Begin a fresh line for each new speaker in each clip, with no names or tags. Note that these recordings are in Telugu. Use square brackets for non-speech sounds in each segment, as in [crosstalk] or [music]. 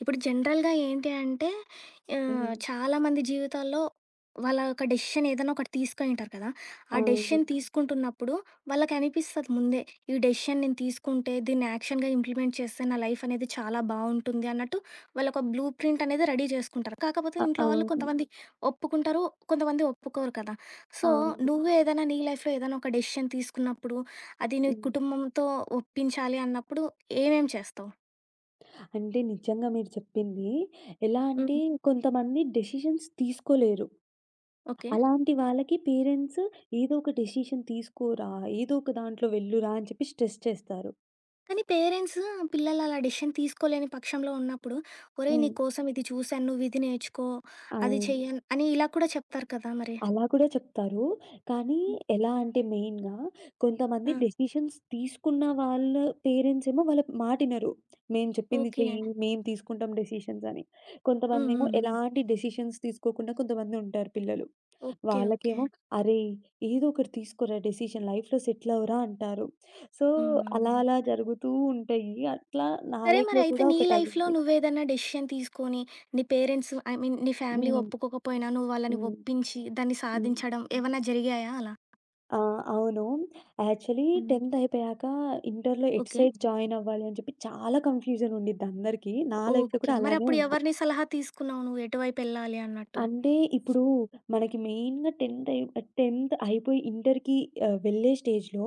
ఇప్పుడు జనరల్‌గా ఏంటి అంటే
హ్మ్.
చాలామంది జీవితాల్లో వాళ్ళ యొక్క డెసిషన్ ఏదైనా ఒకటి తీసుకొనింటారు కదా! ఆ
అవును.
డెసిషన్ తీసుకుంటున్నప్పుడు వాళ్ళకి అనిపిస్తది ముందే. ఈ డెసిషన్ నేను తీసుకుంటే దీన్ని యాక్షన్‌గా ఇంప్లిమెంట్ చేస్తే నా లైఫ్ అనేది చాలా బావుంటుంది అన్నట్టు వాళ్ళొక బ్లూ ప్రింట్ అనేది రెడీ చేసుకుంటారు. కాకపోతే
అ
ఇంట్లో వాళ్ళు
అవును.
కొంతమంది ఒప్పుకుంటారు. కొంతమంది ఒప్పుకోరు కదా! సో,
అవును.
నువ్వు ఏదైనా నీ లైఫ్‌లో ఏదైనా ఒక డెసిషన్ తీసుకున్నప్పుడు అది నీ
హ్మ్.
కుటుంబంతో ఒప్పించాలి అన్నప్పుడు ఏమేం చేస్తావు?
అంటే నిజంగా మీరు చెప్పింది. ఎలా అంటే
హ్మ్.
కొంతమంది డెసిషన్స్ తీసుకోలేరు.
ఓకే.
అలాంటి వాళ్ళకి పేరెంట్స్ ఏదో ఒక డెసిషన్ తీసుకోరా, ఏదో ఒక దాంట్లో వెళ్ళురా అని చెప్పి స్ట్రెస్ చేస్తారు.
కానీ పేరెంట్స్ పిల్లలు అలా డెసిషన్ తీసుకోలేని పక్షంలో ఉన్నప్పుడు, "ఒరేయ్! నీ
హ్మ్.
కోసం ఇది చూసాను. నువ్వు ఇది నేర్చుకో, అది
అవును.
చెయ్యి" అని ఇలా కూడా చెప్తారు కదా! మరి.
అలా కూడా చెప్తారు. కానీ
హ్మ్.
ఎలా అంటే మెయిన్‌గా కొంతమంది
ఆ!
డెసిషన్స్ తీసుకున్న వాళ్ళ పేరెంట్స్ ఏమో వాళ్ళ మాటినరు. మేము చెప్పింది
ఓకే.
చెయ్యి, మేము తీసుకుంటాం డెసిషన్స్ అని.
హ్మ్.
కొంతమందేమో
హ్మ్. హ్మ్.
ఎలాంటి డెసిషన్స్ తీసుకోకుండా కొంతమంది ఉంటారు పిల్లలు.
ఓకే. ఓకే.
వాళ్ళకేమో "అరేయ్! ఏదో ఒకటి తీసుకోరా డెసిషన్ లైఫ్‌లో సెటిల్ అవ్వరా" అంటారు. సో,
హ్మ్.
అలా
హ్మ్.
అలా జరుగుతూ ఉంటాయి. అట్లా నా
సరే మరి
లైఫ్‌లో
అయితే
కూడా
నీ లైఫ్‌లో
ఒకటయింది.
నువ్వేదన్నా డెసిషన్ తీసుకొని, నీ పేరెంట్స్ ఐ మీన్ నీ ఫ్యామిలీ
హ్మ్.
ఒప్పుకోకపోయినా, నువ్వు వాళ్ళని
హ్మ్.
ఒప్పించి, దాన్ని
హ్మ్.
సాధించడం హ్మ్. ఏవన్నా జరిగాయా అలా?
ఆ! అవును. యాక్చువల్లీ
హ్మ్.
10థ్ అయిపోయాక ఇంటర్‌లో ఎటు
ఓకే.
సైడ్ జాయిన్ అవ్వాలి అని చెప్పి చాలా కన్‌ఫ్యూజన్ ఉండిద్ది అందరికీ. నా లైఫ్‌లో
ఓకే.
కూడా అలానే
మరప్పుడు
ఉంది.
ఎవరిని సలహా తీసుకున్నావు నువ్వు? ఎటువైపెళ్ళాలి అన్నట్టు?
అంటే ఇప్పుడు మనకి మెయిన్‌గా 10థ్ అయిపోయి ఇంటర్‌కి వెళ్ళే స్టేజ్‌లో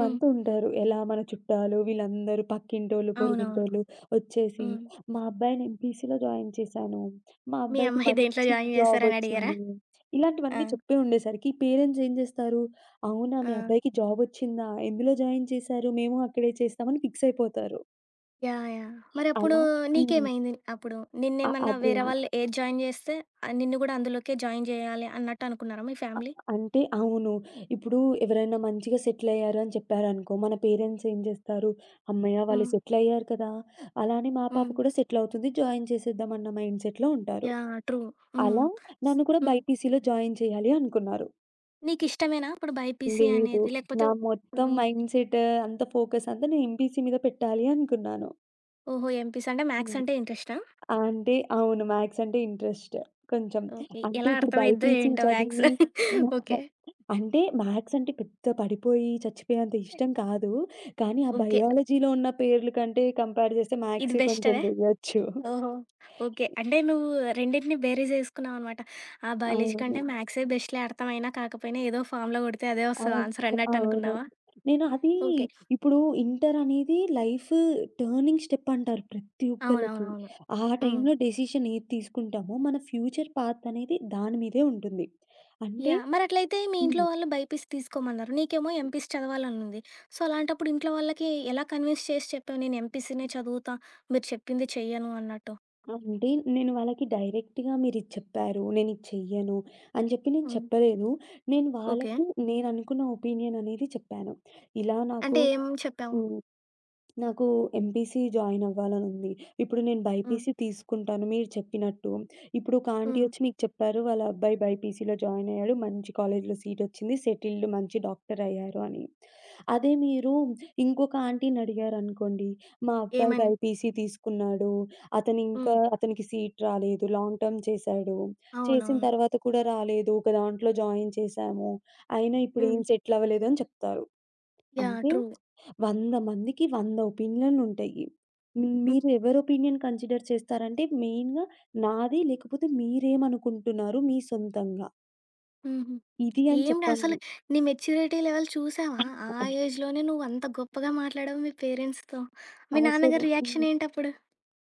హ్మ్.
ఉంటారు. ఎలా మన చుట్టాలు వీళ్ళందరూ పక్కింటోళ్ళు,
అవునవును.
పొరుగింటోళ్ళు వచ్చేసి
హ్మ్.
మా అబ్బాయిని ఎంపీసీలో జాయిన్ చేశాను. మా
మీ
అబ్బాయికి
అమ్మాయి దేంట్లో
మంచి
జాయిన్
జాబ్
చేశారని అడిగారా?
వచ్చింది.
ఆ!
ఇలాంటివన్నీ చెప్పి ఉండేసరికి పేరెంట్స్ ఏం చేస్తారు? అవునా! మీ
ఆ!
అబ్బాయికి జాబ్ వచ్చిందా? ఎందులో జాయిన్ చేశారు? మేము అక్కడే చేస్తామని ఫిక్స్ అయిపోతారు.
యాహ్! యాహ్! మరప్పుడు
అలా హ్మ్.
నీకేమైంది? అప్పుడు
అ
నిన్నేమన్నా
అదే.
వేరే వాళ్ళు ఏది జాయిన్ చేస్తే నిన్ను గూడా అందులోకే జాయిన్ చేయాలి అన్నట్టు అనుకున్నారా మీ ఫ్యామిలీ?
అంటే అవును. ఇప్పుడు ఎవరైనా మంచిగా సెటిల్ అయ్యారు అని చెప్పారనుకో, మన పేరెంట్స్ ఏం జేస్తారు, "హమ్మయ్య! వాళ్ళు
హ్మ్.
సెటిల్ అయ్యారు కదా! అలా అని మా పాప
హ్మ్.
కూడా సెటిల్ అవుతుంది. జాయిన్ చేసేద్దాం" అన్న మైండ్ సెట్‌లో ఉంటారు.
యాహ్! ట్రూ. హ్మ్.
అలా నన్ను కూడా
హ్మ్.
బైపీసీలో జాయిన్ చేయాలి అనుకున్నారు.
నీకిష్టమేనా అప్పుడు బైపీసీ
లేదు.
అనేది? లేకపోతే
నా మొత్తం
హ్మ్.
మైండ్ సెట్ అంత ఫోకస్ అంతా నేను ఎంపీసీ మీద పెట్టాలి అనుకున్నాను.
ఓహో! ఎంపీసీ అంటే మ్యాథ్స్
హ్మ్.
అంటే ఇంట్రెస్టా?
ఆ! అంటే అవును. మ్యాథ్స్ అంటే ఇంట్రెస్ట్ కొంచెం.
ఓకే.
అంటే
ఎలా
ఇప్పుడు
అర్థమైద్దో
బైపీసీ
ఏంటో మ్యాథ్స్.
చదివి
ఓకే.
[laughs] అంటే మ్యాథ్స్ అంటే పెద్ద పడిపోయి చచ్చిపోయేంత ఇష్టం కాదు. కానీ ఆ
ఓకే.
బయాలజీలో ఉన్న పేర్లు కంటే కంపేర్ చేస్తే
ఇది
మ్యాథ్సే
బెస్టా?
కొంచెం చెయ్యొచ్చు.
ఓహో! ఓకే. అంటే నువ్వు రెండిటిని బేరీ జేసుకున్నావనమాట. ఆ! బయాలజీ
అవును.
కంటే మ్యాథ్సే బెస్ట్‌లే అర్థమైనా కాకపోయినా ఏదో ఫార్ములా గొడితే అదే వస్తది ఆన్సర్
అవును. అవును.
అన్నట్టనుకున్నావా?
నేను అది
ఓకే.
ఇప్పుడు ఇంటర్ అనేది లైఫ్ టర్నింగ్ స్టెప్ అంటారు ప్రతి ఒక్కళ్ళకి.
అవునవునవును.
ఆ
హ్మ్.
టైంలో డెసిషన్ ఏది తీసుకుంటామో మన ఫ్యూచర్ పాత్ అనేది దాని మీదే ఉంటుంది. అంటే
యాహ్! మరట్లయితే మీ ఇంట్లో
హ్మ్.
వాళ్ళు బైపీసీ తీసుకోమన్నారు. నీకేమో ఎంపీసీ చదవాలనుంది. సో, అలాంటప్పుడు ఇంట్లో వాళ్ళకి ఎలా కన్విన్స్ చేసి చెప్పావు? నేను ఎంపీసీనే చదువుతా, మీరు చెప్పింది చెయ్యను అన్నట్టు?
అంటే నేను వాళ్ళకి డైరెక్ట్‌గా మీరిది చెప్పారు. నేనిది చెయ్యను అని చెప్పి నేను
హ్మ్.
చెప్పలేదు. నేను
ఓకే.
వాళ్ళకి నేననుకున్న ఒపీనియన్ అనేది చెప్పాను. ఇలా నాకు
అంటే ఏం చెప్పావు?
హ్మ్. నాకు ఎంపీసీ జాయిన్ అవ్వాలనుంది. ఇప్పుడు నేను
హ్మ్.
బైపీసీ తీసుకుంటాను మీరు చెప్పినట్టు. ఇప్పుడు ఒక ఆంటీ
హ్మ్.
వచ్చి మీకు చెప్పారు వాళ్ళ అబ్బాయి బైపీసీలో జాయిన్ అయ్యాడు. మంచి కాలేజ్‌లో సీట్ వచ్చింది. సెటిల్డ్ మంచి డాక్టర్ అయ్యారు అని. అదే మీరు ఇంకొక ఆంటీని అడిగారనుకోండి. మా అబ్బాయి
ఏమని?
బైపీసీ తీసుకున్నాడు. అతను ఇంకా
హ్మ్.
అతనికి సీట్ రాలేదు. లాంగ్ టర్మ్ చేశాడు. చేసిన
అవునవును.
తర్వాత కూడా రాలేదు. ఒక దాంట్లో జాయిన్ చేశాము. అయినా ఇప్పుడు
హ్మ్.
ఏం సెటిల్ అవ్వలేదు అని చెప్తారు.
యాహ్!
అంటే
ట్రూ.
100 మందికి 100 ఒపీనియన్‌లుంటాయి. హ్మ్. మీరు
హ్మ్.
ఎవరి ఒపీనియన్ కన్సిడర్ చేస్తారంటే మెయిన్‌గా నాది లేకపోతే మీరేమనుకుంటున్నారు మీ సొంతంగా
హుహు.
ఇది అని
ఏంటి అసలు
చెప్పను.
నీ మెచ్యూరిటీ లెవెల్ చూసావా? ఆ ఏజ్‌లోనే నువ్వంత గొప్పగా మాట్లాడావు మీ పేరెంట్స్‌తో. మీ
అసలు.
నాన్నగారి
హ్మ్.
రియాక్షన్ ఏంటప్పుడు?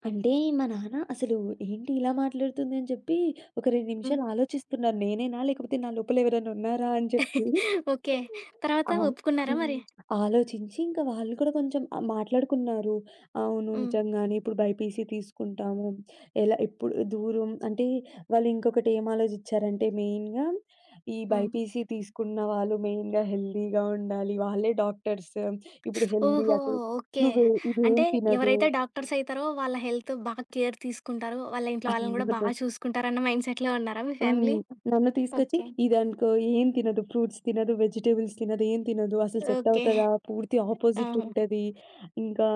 అంటే మా నాన్న అసలు ఏంటి ఇలా మాట్లాడుతుంది అని చెప్పి ఒక 2
హ్మ్.
నిమిషాలు ఆలోచిస్తున్నారు. నేనేనా లేకపోతే నా లోపల ఎవరైనా ఉన్నారా అని చెప్పి.
ఓకే. తర్వాత
అవును.
ఒప్పుకున్నారా
హ్మ్.
మరి?
ఆలోచించి ఇంకా వాళ్ళు కూడా కొంచెం మాట్లాడుకున్నారు. అవును
హ్మ్.
నిజంగానే ఇప్పుడు బైపీసీ తీసుకుంటాము. ఎలా ఇప్పుడు దూరం అంటే వాళ్ళు ఇంకొకటి ఏం ఆలోచించారంటే మెయిన్‌గా ఈ
హ్మ్.
బైపీసీ తీసుకున్న వాళ్ళు మెయిన్‌గా హెల్తీగా ఉండాలి. వాళ్ళే డాక్టర్స్. ఇప్పుడు హెల్తీ
ఓహో!
అటు
ఓకే.
నువ్వు ఇదేం
అంటే
తినదు.
ఎవరైతే డాక్టర్స్ అయితారో వాళ్ళ హెల్త్ బాగా కేర్ తీసుకుంటారు. వాళ్ళ ఇంట్లో వాళ్ళని
అవును.
గూడా బాగా చూసుకుంటారన్న మైండ్ సెట్‌లో ఉన్నారా మీ
హ్మ్.
ఫ్యామిలీ?
నన్ను తీసుకొచ్చి
ఓకే.
ఇదనుకో ఏం తినదు. ఫ్రూట్స్ తినదు, వెజిటబుల్స్ తినదు, ఏం తినదు. అసలు సెట్
ఓకే.
అవుతదా? పూర్తి ఆపోజిట్
ఆహా!
ఉంటది. ఇంకా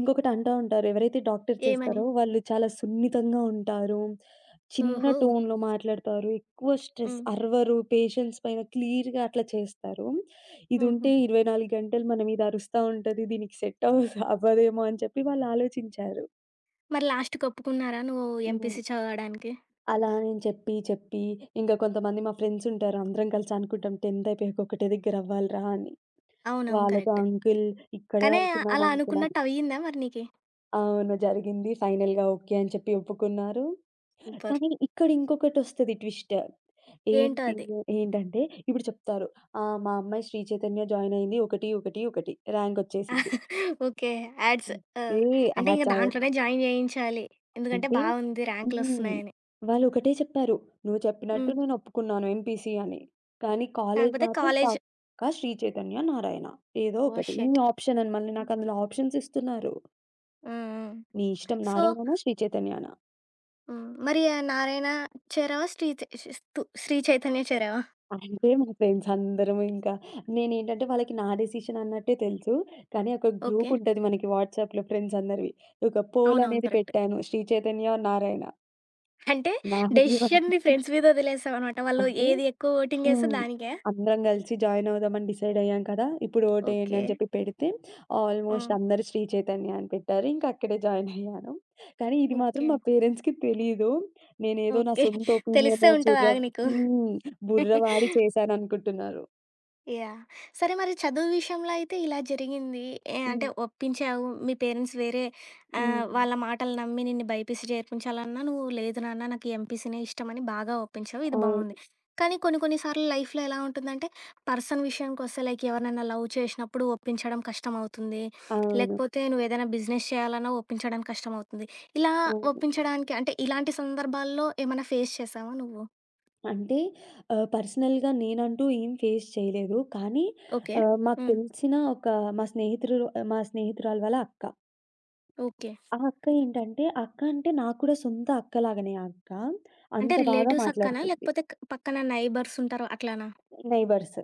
ఇంకొకటి అంటా ఉంటారు. ఎవరైతే డాక్టర్స్
ఏమని?
చేస్తారో వాళ్ళు చాలా సున్నితంగా ఉంటారు. చిన్న
ఓహో!
టోన్‌లో మాట్లాడతారు. ఎక్కువ స్ట్రెస్
హ్మ్.
అరవరు. పేషెంట్స్ పైన క్లియర్‌గా అట్లా చేస్తారు.
హుహు.
ఇదుంటే 24 గంటలు మన మీద అరుస్తా ఉంటది. దీనికి సెట్ అవ్వదు అవ్వదేమో అని చెప్పి వాళ్ళు ఆలోచించారు.
మరి లాస్ట్‌కి ఒప్పుకున్నారా నువ్వు
హ్మ్.
ఎంపీసీ చదవడానికి?
అలా నేను చెప్పి ఇంకా కొంతమంది మా ఫ్రెండ్స్ ఉంటారు. అందరం కలిసి అనుకుంటాం 10థ్ అయిపోయాక ఒకటే దగ్గర అవ్వాలిరా అని.
అవునవును.
వాళ్ళతో
కరెక్టే.
అంకుల్ ఇక్కడే
కానీ
అవుతున్నాం
అలా
అంకుల్ అని.
అనుకున్నట్టు అయ్యిందా మరి నీకి?
అవును జరిగింది. ఫైనల్‌గా ఓకే అని చెప్పి ఒప్పుకున్నారు.
సూపర్.
కానీ ఇక్కడ ఇంకొకటొస్తది ట్విస్ట్.
ఏంటో
ఏంటి
అది?
ఏంటంటే ఇప్పుడు చెప్తారు. ఆ! మా అమ్మాయి శ్రీ చైతన్య జాయిన్ అయింది. 1, 1, 1 ర్యాంక్ వచ్చేసిద్ది.
ఓకే. యాడ్స్. ఆ!
ఏ
అంటే ఇంక
యాచా
దాంట్లోనే జాయిన్ చేయించాలి. ఎందుకంటే
అంటే
బావుంది
హ్మ్.
ర్యాంకులొస్తున్నాయని.
వాళ్ళొకటే చెప్పారు. నువ్వు చెప్పినట్టు
హ్మ్.
నేను ఒప్పుకున్నాను ఎంపీసీ అని. కానీ కాలేజ్
కాకపోతే
మాత్రం
కాలేజ్
పక్కా శ్రీ చైతన్య, నారాయణ ఏదో
ఓహ్!
ఒకటి. నీ
షిట్.
ఆప్షన్ అని మళ్ళీ
హ్మ్.
నాకందులో ఆప్షన్స్ ఇస్తున్నారు.
హ్మ్.
నీ ఇష్టం
సో,
నారాయణనా, శ్రీ చైతన్యనా.
హ్మ్. మరి ఆ 'నారాయణ' చేరావా? శ్రీ చ స్తు 'శ్రీ చైతన్య' చేరావా?
అంటే మా ఫ్రెండ్స్ అందరం ఇంకా నేనేంటంటే వాళ్ళకి నా డెసిషన్ అన్నట్టే తెలుసు. కానీ ఒక
ఓకే.
గ్రూప్ ఉంటది మనకి వాట్సాప్‌లో ఫ్రెండ్స్ అందరివి. ఒక పోల్
అవునవును.
అనేది
కరెక్ట్.
పెట్టాను శ్రీ చైతన్య, నారాయణ.
అంటే
నా జీవన్
డెసిషన్ నీ ఫ్రెండ్స్ మీద వదిలేసావనమాట. వాళ్ళు
అంటే
ఏది ఎక్కువ ఓటింగేస్తే
హ్మ్.
దానికా?
అందరం గలిసి జాయిన్ అవుదామని డిసైడ్ అయ్యాం కదా! ఇప్పుడు ఓటేయండి
ఓకే.
అని చెప్పి పెడితే
ఆ!
ఆల్మోస్ట్ అందరూ శ్రీ చైతన్య అని పెట్టారు. ఇంకా అక్కడే జాయిన్ అయ్యాను. కానీ ఇది మాత్రం
ఓకే.
మా పేరెంట్స్‌కి తెలీదు. నేనేదో నా
ఓకే.
సొంత ఒపీనియన్
తెలిసే ఉంటది
బుర్ర
ఆగు నీకు.
హ్మ్. బుర్ర వాడి చేశాననుకుంటున్నారు.
యాహ్! సరే మరి చదువు విషయంలో అయితే ఇలా జరిగింది. ఏ అంటే
హ్మ్.
ఒప్పించావు. మీ పేరెంట్స్ వేరే
హ్మ్.
వాళ్ళ మాటలు నమ్మి నిన్ను బైపీసీ చేర్పించాలన్నా నువ్వు లేదు నాన్న నాకు ఎంపీసీనే ఇష్టమని బాగా ఒప్పించావు. ఇది
అవును.
బావుంది. కానీ కొన్ని కొన్ని సార్లు లైఫ్‌లో ఎలా ఉంటుందంటే పర్సన్ విషయానికొస్తే లైక్ ఎవరినైనా లవ్ చేసినప్పుడు ఒప్పించడం కష్టమవుతుంది.
అవును.
లేకపోతే నువ్వేదైనా బిజినెస్ చేయాలన్నా ఒప్పించడం కష్టమవుతుంది. ఇలా
అవును.
ఒప్పించడానికి అంటే ఇలాంటి సందర్భాల్లో ఏమైనా ఫేస్ చేశావా నువ్వు?
అంటే పర్సనల్‌గా నేనంటూ ఏం ఫేస్ చేయలేదు. కానీ
ఓకే.
మాకు
హ్మ్.
తెలిసిన ఒక మా స్నేహితులు మా స్నేహితురాలు వాళ్ళ అక్క.
ఓకే.
ఆ అక్క ఏంటంటే, ఆ అక్క అంటే నాకు కూడా సొంత అక్కలాగానే ఆ అక్క.
అంటే
అంత బాగా
రిలేటివ్స్ అక్కనా?
మాట్లాడుతుంది.
లేకపోతే పక్కన నైబర్స్ ఉంటారు అట్లానా?
నైబర్స్.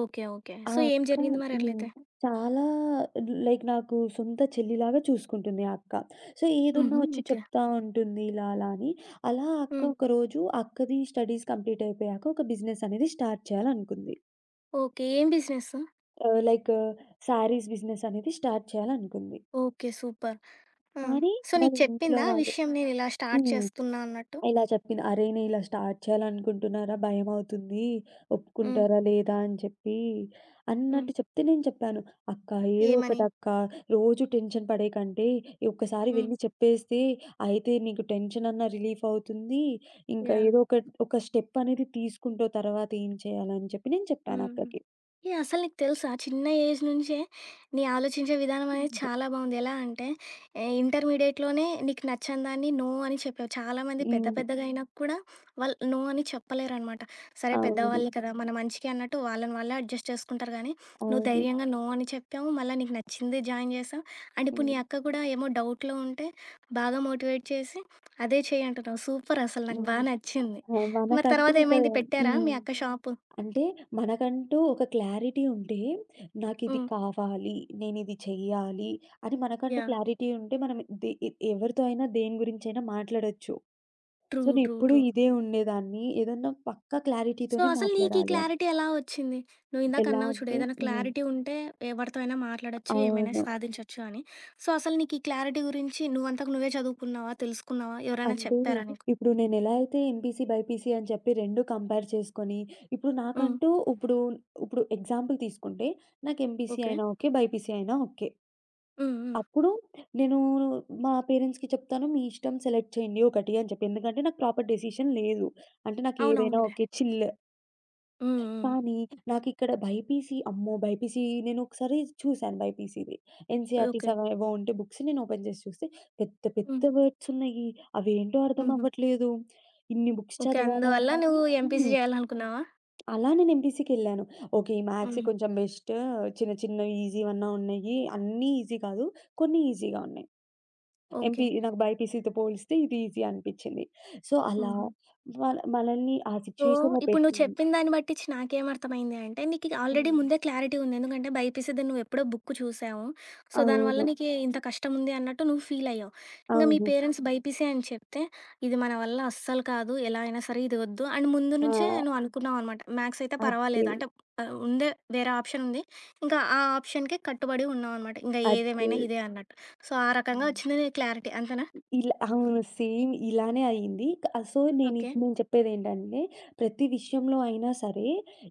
ఓకే. ఓకే.
ఆ
సో, ఏం
అక్క
జరిగింది మరి
హ్మ్.
అట్లయితే?
చాలా లైక్ నాకు సొంత చెల్లిలాగా చూసుకుంటుంది ఆ అక్క. సో, ఏదున్నా
హుహు.
వచ్చి
ఓకే.
చెప్తా ఉంటుంది ఇలా అలా అని. అలా ఆ అక్క
హ్మ్.
ఒకరోజు అక్కది స్టడీస్ కంప్లీట్ అయిపోయాక ఒక బిజినెస్ అనేది స్టార్ట్ చేయాలనుకుంది.
ఓకే. ఏం బిజినెస్?
లైక్ శారీస్ బిజినెస్ అనేది స్టార్ట్ చేయాలనుకుంది.
ఓకే. సూపర్. ఆ!
కానీ
సో,
వాళ్ళ
నీకు
ఇంట్లో
చెప్పిందా ఆ
వాళ్ళు
విషయం నేనిలా స్టార్ట్
హ్మ్.
చేస్తున్నా అన్నట్టు?
ఇలా చెప్పింది. "అరే! నేను ఇలా స్టార్ట్ చేయాలనుకుంటున్నారా, భయమవుతుంది.
హ్మ్.
ఒప్పుకుంటారా లేదా" అని చెప్పి
హ్మ్.
అన్నట్టు చెప్తే నేను చెప్పాను. "అక్క ఏదో
ఏమని?
ఒకటక్క రోజు టెన్షన్ పడేకంటే, ఒక్కసారి
హ్మ్.
వెళ్లి చెప్పేస్తే అయితే నీకు టెన్షన్ అన్నా రిలీఫ్ అవుతుంది. ఇంకా
యాహ్!
ఏదో ఒక స్టెప్ అనేది తీసుకుంటావు తర్వాత ఏం చేయాలని" చెప్పి నేను చెప్పాను
హ్మ్.
అక్కకి.
ఏహ్! అసలు నీకు తెలుసా? చిన్న ఏజ్ నుంచే నీ ఆలోచించే విధానం అనేది చాలా బావుంది. ఎలా అంటే ఇంటర్మీడియేట్‌లోనే నీకు నచ్చని దాన్ని నో అని చెప్పావు. చాలామంది పెద్ద
హ్మ్.
పెద్దగా అయినా కూడా వాళ్ళు నో అని చెప్పలేరనమాట. సరే
అవును.
పెద్దవాళ్ళే కదా! మన మంచికే అన్నట్టు వాళ్ళని వాళ్ళే అడ్జస్ట్ చేసుకుంటారు గానీ, నువ్వు
అవును.
ధైర్యంగా నో అని చెప్పావు. మళ్ళా నీకు నచ్చింది జాయిన్ చేశావు. అండ్ ఇప్పుడు
హ్మ్.
నీ అక్క కూడా ఏమో డౌట్‌లో ఉంటే బాగా మోటివేట్ చేసి అదే చెయ్యి అంటున్నావు. సూపర్ అసలు నాకు బా
హ్మ్.
నచ్చింది.
ఆ!
మరి
మనకంటూ
తర్వాత
ఒక
ఏమైంది పెట్టారా
హ్మ్.
మీ అక్క షాపు?
అంటే మనకంటూ ఒక క్లారిటీ ఉంటే, నాకిది
హ్మ్.
కావాలి, నేనిది చెయ్యాలి అని మనకంటూ
యాహ్!
క్లారిటీ ఉంటే, మనం ది ఎ ఎవరితో అయినా దేని గురించైనా మాట్లాడొచ్చు.
ట్రూ.
So,
true.
నేనెప్పుడూ
ట్రూ.
ఇదే ఉండేదాన్ని. ఏదన్నా పక్కా
సో,
క్లారిటీతోనే
అసలు నీకీ
మాట్లాడాలి అని.
క్లారిటీ ఎలా వచ్చింది? నువ్విందాక
ఎలా
అన్నావు చూడు,
అంటే
ఏదైనా
హ్మ్.
క్లారిటీ ఉంటే ఎవరితో అయినా మాట్లాడొచ్చు, ఏమైనా
అవును.
సాధించొచ్చు అని. సో, అసలు నీకీ క్లారిటీ గురించి నువ్వంతకు నువ్వే చదువుకున్నావా? తెలుసుకున్నావా? ఎవరైనా
అంటే
చెప్పారా నీకు?
ఇప్పుడు నేనెలా అయితే ఎంపీసీ, బైపీసీ అని చెప్పి 2 కంపేర్ చేసుకొని, ఇప్పుడు
హ్మ్.
నాకంటూ ఇప్పుడు ఇప్పుడు ఎగ్జాంపుల్ తీసుకుంటే నాకు ఎంపీసీ
ఓకే.
అయినా ఓకే, బైపీసీ అయినా ఓకే.
హ్మ్. హ్మ్.
అప్పుడు నేను మా పేరెంట్స్‌కి చెప్తాను. మీ ఇష్టం సెలెక్ట్ చేయండి ఒకటి అని చెప్పి. ఎందుకంటే నాకు ప్రాపర్ డెసిషన్ లేదు. అంటే నాకేదైనా
అవునవునులే.
ఓకే. చిల్.
హ్మ్. హ్మ్.
కానీ నాకిక్కడ బైపీసీ అమ్మో! బైపీసీ నేను ఒకసారి చూసాను బైపీసీది. NCERTs
okay.
అవేవో ఉంటే బుక్స్ నేను ఓపెన్ చేసి చూస్తే పెద్ద
హ్మ్.
పెద్ద వర్డ్స్ ఉన్నాయి. అవేంటో అర్థం
హుహు.
అవ్వట్లేదు. ఇన్ని బుక్స్
ఓకే.
చదవాలా
అందువల్ల
అన్నది
నువ్వు ఎంపీసీ
హ్మ్.
జేయాలనుకున్నావా?
అలా నేను ఎంపీసీకెళ్ళాను. ఓకే. ఈ మ్యాథ్స్
హుహు.
కొంచెం బెస్ట్. చిన్న చిన్న ఈజీవన్నా ఉన్నాయి. అన్నీ ఈజీ కాదు. కొన్ని ఈజీగా ఉన్నాయి.
ఓకే.
నాకు బైపీసీ‌తో పోలిస్తే ఇది ఈజీ అనిపిచ్చింది. సో, అలా
హుహు.
వాళ్ళ మనల్ని ఆ
సో,
సిట్యుయేషన్‌లో
ఇప్పుడు నువ్వు
పెట్టి
చెప్పిన దాన్ని బట్టిచ్చి నాకేమర్థమైంది అంటే, నీకిక ఆల్రెడీ
హ్మ్.
ముందే క్లారిటీ ఉంది. ఎందుకంటే, బైపీసీది నువ్వెప్పుడో బుక్ చూసావు. సో, దానివల్ల
అవును.
నీకి ఇంత కష్టముంది అన్నట్టు నువ్వు ఫీలయ్యావు. ఇంగ మీ
అవును.
పేరెంట్స్ బైపీసీ అని చెప్తే, ఇది మన వల్ల అస్సలు కాదు. ఎలా అయినా సరే ఇది వద్దు అని ముందు
ఆ!
నుంచే నువ్వు అనుకున్నావనమాట. మ్యాథ్స్ అయితే
అదే.
పర్వాలేదు. అంటే ఉందే వేరే ఆప్షనుంది. ఇంకా ఆ ఆప్షన్‌కే కట్టుబడి ఉన్నావనమాట. ఇంగ
అదే.
ఏదేమైనా ఇదే అన్నట్టు. సో, ఆ రకంగా
హ్మ్.
వచ్చింది నీ క్లారిటీ. అంతేనా?
ఇలా అవును. సేమ్ ఇలానే అయింది. So,
okay.
నేను చెప్పేదేంటంటే, ప్రతి విషయంలో అయినా సరే,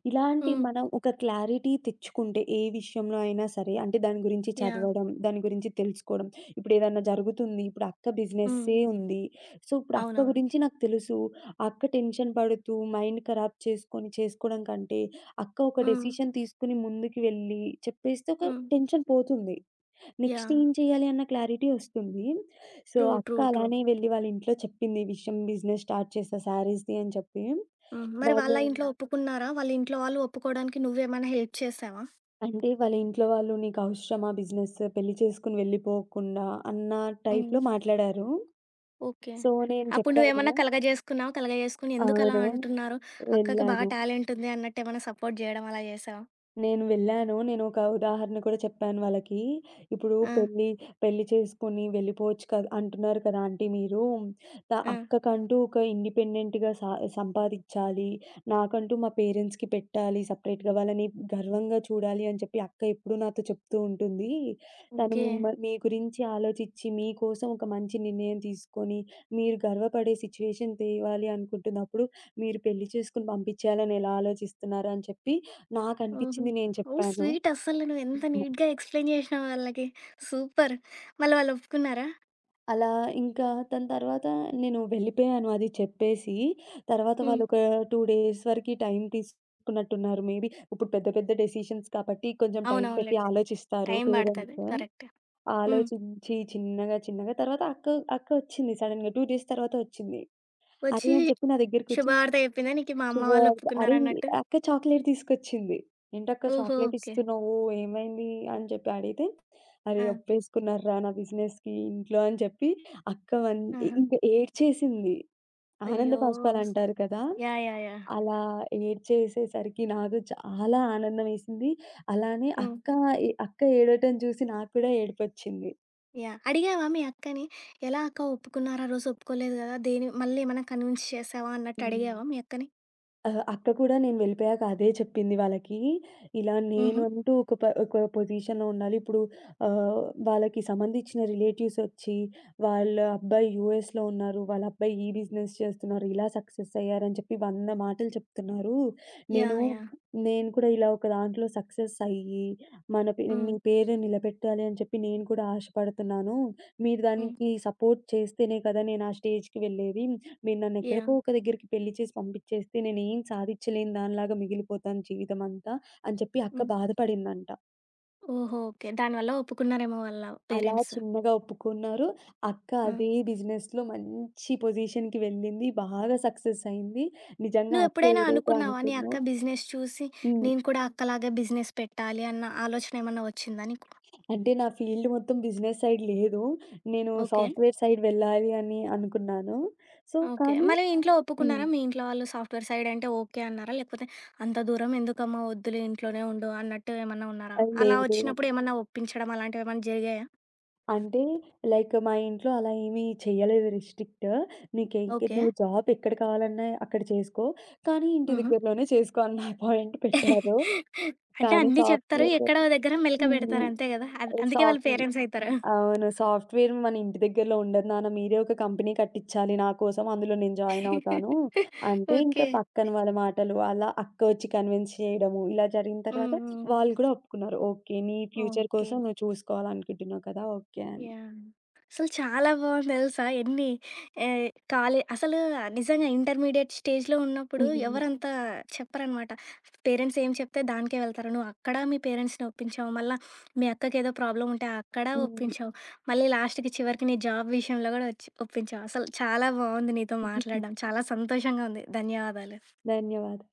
ఇలాంటి
హ్మ్.
మనం ఒక క్లారిటీ తెచ్చుకుంటే, ఏ విషయంలో అయినా సరే, అంటే దాని గురించి
యాహ్!
చదవడం, దాని గురించి తెలుసుకోవడం. ఇప్పుడేదన్నా జరుగుతుంది, ఇప్పుడు అక్క
హ్మ్.
బిజినెస్సే ఉంది. సో, ఇప్పుడు అక్క
అవునవును.
గురించి నాకు తెలుసు. ఆ అక్క టెన్షన్ పడుతూ, మైండ్ ఖరాబ్ చేసుకోవడం కంటే, అక్క ఒక
హ్మ్.
డెసిషన్ తీసుకొని ముందుకు వెళ్ళి చెప్పేస్తే ఒక
హ్మ్.
టెన్షన్ పోతుంది. Next
yeah!
ఏం చేయాలి అన్న క్లారిటీ వస్తుంది. So,
true.
అక్క
ట్రూ. ట్రూ.
అలానే వెళ్లి వాళ్ళ ఇంట్లో చెప్పింది ఈ విషయం. బిజినెస్ స్టార్ట్ చేశా శారీస్‌ది అని చెప్పి.
హ్మ్. మరి వాళ్ళ
వాళ్ళు
ఇంట్లో ఒప్పుకున్నారా? వాళ్ళ ఇంట్లో వాళ్ళు ఒప్పుకోవడానికి నువ్వేమైనా హెల్ప్ చేశావా?
అంటే వాళ్ళ ఇంట్లో వాళ్ళు "నీకవసరమా బిజినెస్? పెళ్లి చేసుకొని వెళ్ళిపోకుండా" అన్న టైప్‌లో
హ్మ్.
మాట్లాడారు.
ఓకే.
సో, నేను
అప్పుడు
చెప్పాను.
నువ్వేమన్నా కలగజేసుకున్నావా? కలగజేసుకొని ఎందుకలా
అవును.
అంటున్నారు? అక్కకి బాగా
వెళ్ళాను.
టాలెంట్ ఉంది అన్నట్టేమన్నా సపోర్ట్ జేయడం అలా జేశావా?
నేను వెళ్ళాను. నేనొక ఉదాహరణ కూడా చెప్పాను వాళ్ళకి. ఇప్పుడు
ఆ!
పెళ్లి, పెళ్లి చేసుకొని వెళ్ళిపోవచ్చు కదా! అంటున్నారు కదా! ఆంటీ మీరు.
ఆ!
అక్కకంటూ ఒక ఇండిపెండెంట్‌గా సంపాదించాలి. నాకంటూ మా పేరెంట్స్‌కి పెట్టాలి సెపరేట్‌గా. వాళ్ళని గర్వంగా చూడాలి అని చెప్పి అక్క ఎప్పుడూ నాతో చెప్తూ ఉంటుంది. తను
ఓకే.
మీ గురించి ఆలోచించి, మీకోసం ఒక మంచి నిర్ణయం తీసుకొని, మీరు గర్వపడే సిట్యుయేషన్ తేవాలి అనుకుంటున్నప్పుడు, మీరు పెళ్లి చేసుకొని పంపించేయాలని ఎలా ఆలోచిస్తున్నారు అని చెప్పి
ఓహో!
నాకనిపిచ్చింది నేను
ఓహ్!
చెప్పాను.
స్వీట్ అస్సలు నువ్వెంత
ఉహు.
నీట్‌గా ఎక్స్‌ప్లెయిన్ జేసినావో వాళ్ళకి. సూపర్. మళ్ళీ వాళ్ళు ఒప్పుకున్నారా?
అలా ఇంకా దాని తర్వాత నేను వెళ్ళిపోయాను అది చెప్పేసి. తర్వాత
హ్మ్.
వాళ్ళొక 2 డేస్ వరకి టైం తీసుకున్నట్టున్నారు మేబీ. ఇప్పుడు పెద్ద పెద్ద డెసిషన్స్ కాబట్టి కొంచెం టైం
అవునవునులే.
పెట్టి ఆలోచిస్తారు
టైం బడతది.
పేరెంట్స్.
కరెక్ట్. హ్మ్.
ఆలోచించి చిన్నగా చిన్నగా తర్వాత అక్క అక్క వచ్చింది సడెన్‌గా 2 డేస్ తర్వాత వచ్చింది. అరే!
వచ్చి
అని చెప్పి నా దగ్గరికొచ్చి
శుభవార్త జెప్పిందా నీకి మా అమ్మ వాళ్ళు
శుభవార్త. అరే!
ఒప్పుకున్నారన్నట్టు?
అక్క చాక్లేట్ తీసుకొచ్చింది. "ఏంటక్క
ఓహో!
Chocolate
okay.
ఇస్తున్నావు? ఏమైంది?" అని చెప్పి అడిగితే, "అరే!
ఆ!
అప్పేసుకున్నార్రా నా బిజినెస్‌కి ఇంట్లో" అని చెప్పి అక్క వన్
ఆహా!
ఇంక ఏడ్చేసింది. ఆనంద
అయ్యో!
బాష్పాలు అంటారు కదా!
యాహ్! యాహ్! యాహ్!
అలా ఏడ్చేసేసరికి నాకు చాలా ఆనందమేసింది. అలానే
హ్మ్.
అక్క అక్క ఏడవటం చూసి నాకు కూడా ఏడుపొచ్చింది.
యాహ్! అడిగావా మీ అక్కని? ఎలా అక్క ఒప్పుకున్నారు? ఆ రోజు ఒప్పుకోలేదు గదా! దేని మళ్ళీ ఏమైనా కన్విన్స్ చేసావా అన్నట్టు
హ్మ్.
అడిగావా మీ అక్కని?
అక్క కూడా నేను వెళ్ళిపోయాక అదే చెప్పింది వాళ్ళకి. ఇలా నేను
హుహు.
అంటూ ఒక పొజిషన్‌లో ఉండాలి. ఇప్పుడు ఆహ్, వాళ్ళకి సంబంధించిన రిలేటివ్స్ వచ్చి, వాళ్ళ అబ్బాయి యూఎస్‌లో ఉన్నారు. వాళ్ళ అబ్బాయి ఈ బిజినెస్ చేస్తున్నారు. ఇలా సక్సెస్ అయ్యారని చెప్పి 100 మాటలు చెప్తున్నారు. నేను,
యాహ్! యాహ్!
నేను కూడా ఇలా ఒక దాంట్లో సక్సెస్ అయ్యి, మన పే
హ్మ్.
మీ పేరు నిలబెట్టాలి అని చెప్పి నేను కూడా ఆశపడుతున్నాను. మీరు
హ్మ్.
దానికి సపోర్ట్ చేస్తేనే కదా నేను ఆ స్టేజ్‌కి వెళ్ళేది. మీరు నన్నెక్కడికో
యాహ్!
ఒక దగ్గరికి పెళ్లి చేసి పంపించేస్తే నేనేం సాధిచ్చలేని దానిలాగా మిగిలిపోతాను జీవితమంతా అని చెప్పి అక్క
హ్మ్.
బాధపడిందంట.
ఓహో! ఓకే. దానివల్ల ఒప్పుకున్నారేమో వాళ్ళ
అలా
పేరెంట్స్.
చిన్నగా ఒప్పుకున్నారు. అక్క
హ్మ్.
అదే బిజినెస్‌లో మంచి పొజిషన్‌కి వెళ్ళింది. బాగా సక్సెస్ అయింది. నిజంగా అక్క
నువ్వెప్పుడైనా
ఏదైతే
అనుకున్నావా? నీ
అనుకుందో
అక్క బిజినెస్ చూసి
హ్మ్.
నేను కూడా అక్కలాగా బిజినెస్ పెట్టాలి అన్న ఆలోచన ఏమన్నా వచ్చిందా నీకు?
అంటే నా ఫీల్డ్ మొత్తం బిజినెస్ సైడ్ లేదు. నేను
ఓకే.
సాఫ్ట్‌వేర్ సైడ్ వెళ్ళాలి అని అనుకున్నాను. So,
okay.
కానీ
మరి ఇంట్లో
హ్మ్.
ఒప్పుకున్నారా? మీ ఇంట్లో వాళ్ళు సాఫ్ట్‌వేర్ సైడ్ అంటే ఓకే అన్నారా? లేకపోతే అంత దూరం ఎందుకమ్మా వద్దులే ఇంట్లోనే ఉండు అన్నట్టు ఏమన్నా ఉన్నారా?
అది
అలా
లేదు.
వచ్చినప్పుడు ఏమన్నా ఒప్పించడం అలాంటివేమన్నా జరిగాయా?
అంటే లైక్ మా ఇంట్లో అలా ఏమీ చెయ్యలేదు రిస్ట్రిక్ట్. నీకే
ఓకే.
నువ్వు జాబ్ ఎక్కడ కావాలన్నా అక్కడ చేసుకో. కానీ ఇంటి
హుహు.
దగ్గరలోనే చేసుకో అన్న పాయింట్ పెట్టారు.
[laughs] అంటే
కానీ
అన్నీ చెప్తారు.
సాఫ్ట్‌వేర్
ఎక్కడో దగ్గర మెలిక పెడతారు
హ్మ్.
అంతే గదా! అందుకే వాళ్ళు
సాఫ్ట్
పేరెంట్స్ అయితారు.
అవును. సాఫ్ట్‌వేర్ మన ఇంటి దగ్గరలో ఉండదు నాన్న. మీరే ఒక కంపెనీ కట్టించాలి నా కోసం. అందులో నేను జాయిన్ అవుతాను.
[laughs]
అంటే
ఓకే.
ఇంకా పక్కన వాళ్ళ మాటలు అలా అక్క వచ్చి కన్విన్స్ చేయడము. ఇలా జరిగిన
హ్మ్.
తర్వాత
హ్మ్.
వాళ్ళు కూడా ఒప్పుకున్నారు. ఓకే. నీ ఫ్యూచర్
ఓకే.
కోసం నువ్వు చూసుకోవాలనుకుంటున్నావు కదా! Okay
yeah! అసలు చాలా బాగుంది తెలుసా! ఎన్ని ఆహ్, అసలు నిజంగా ఇంటర్మీడియేట్ స్టేజ్‌లో ఉన్నప్పుడు
అని.
ఎవరంత చెప్పరనమాట. పేరెంట్స్ ఏం చెప్తే దానికే వెళ్తారు. నువ్వు అక్కడ మీ పేరెంట్స్‌ని ఒప్పించావు. మళ్ళా మీ అక్కకేదో ప్రాబ్లమ్ ఉంటే అక్కడ
హ్మ్.
ఒప్పించావు. మళ్ళీ లాస్ట్‌కి చివరికి నీ జాబ్ విషయంలో గూడా ఒచ్చి ఒప్పించావు. అసలు చాలా బాగుంది నీతో
[laughs]
మాట్లాడడం. చాలా సంతోషంగా ఉంది. ధన్యవాదాలు.
ధన్యవాదాలు.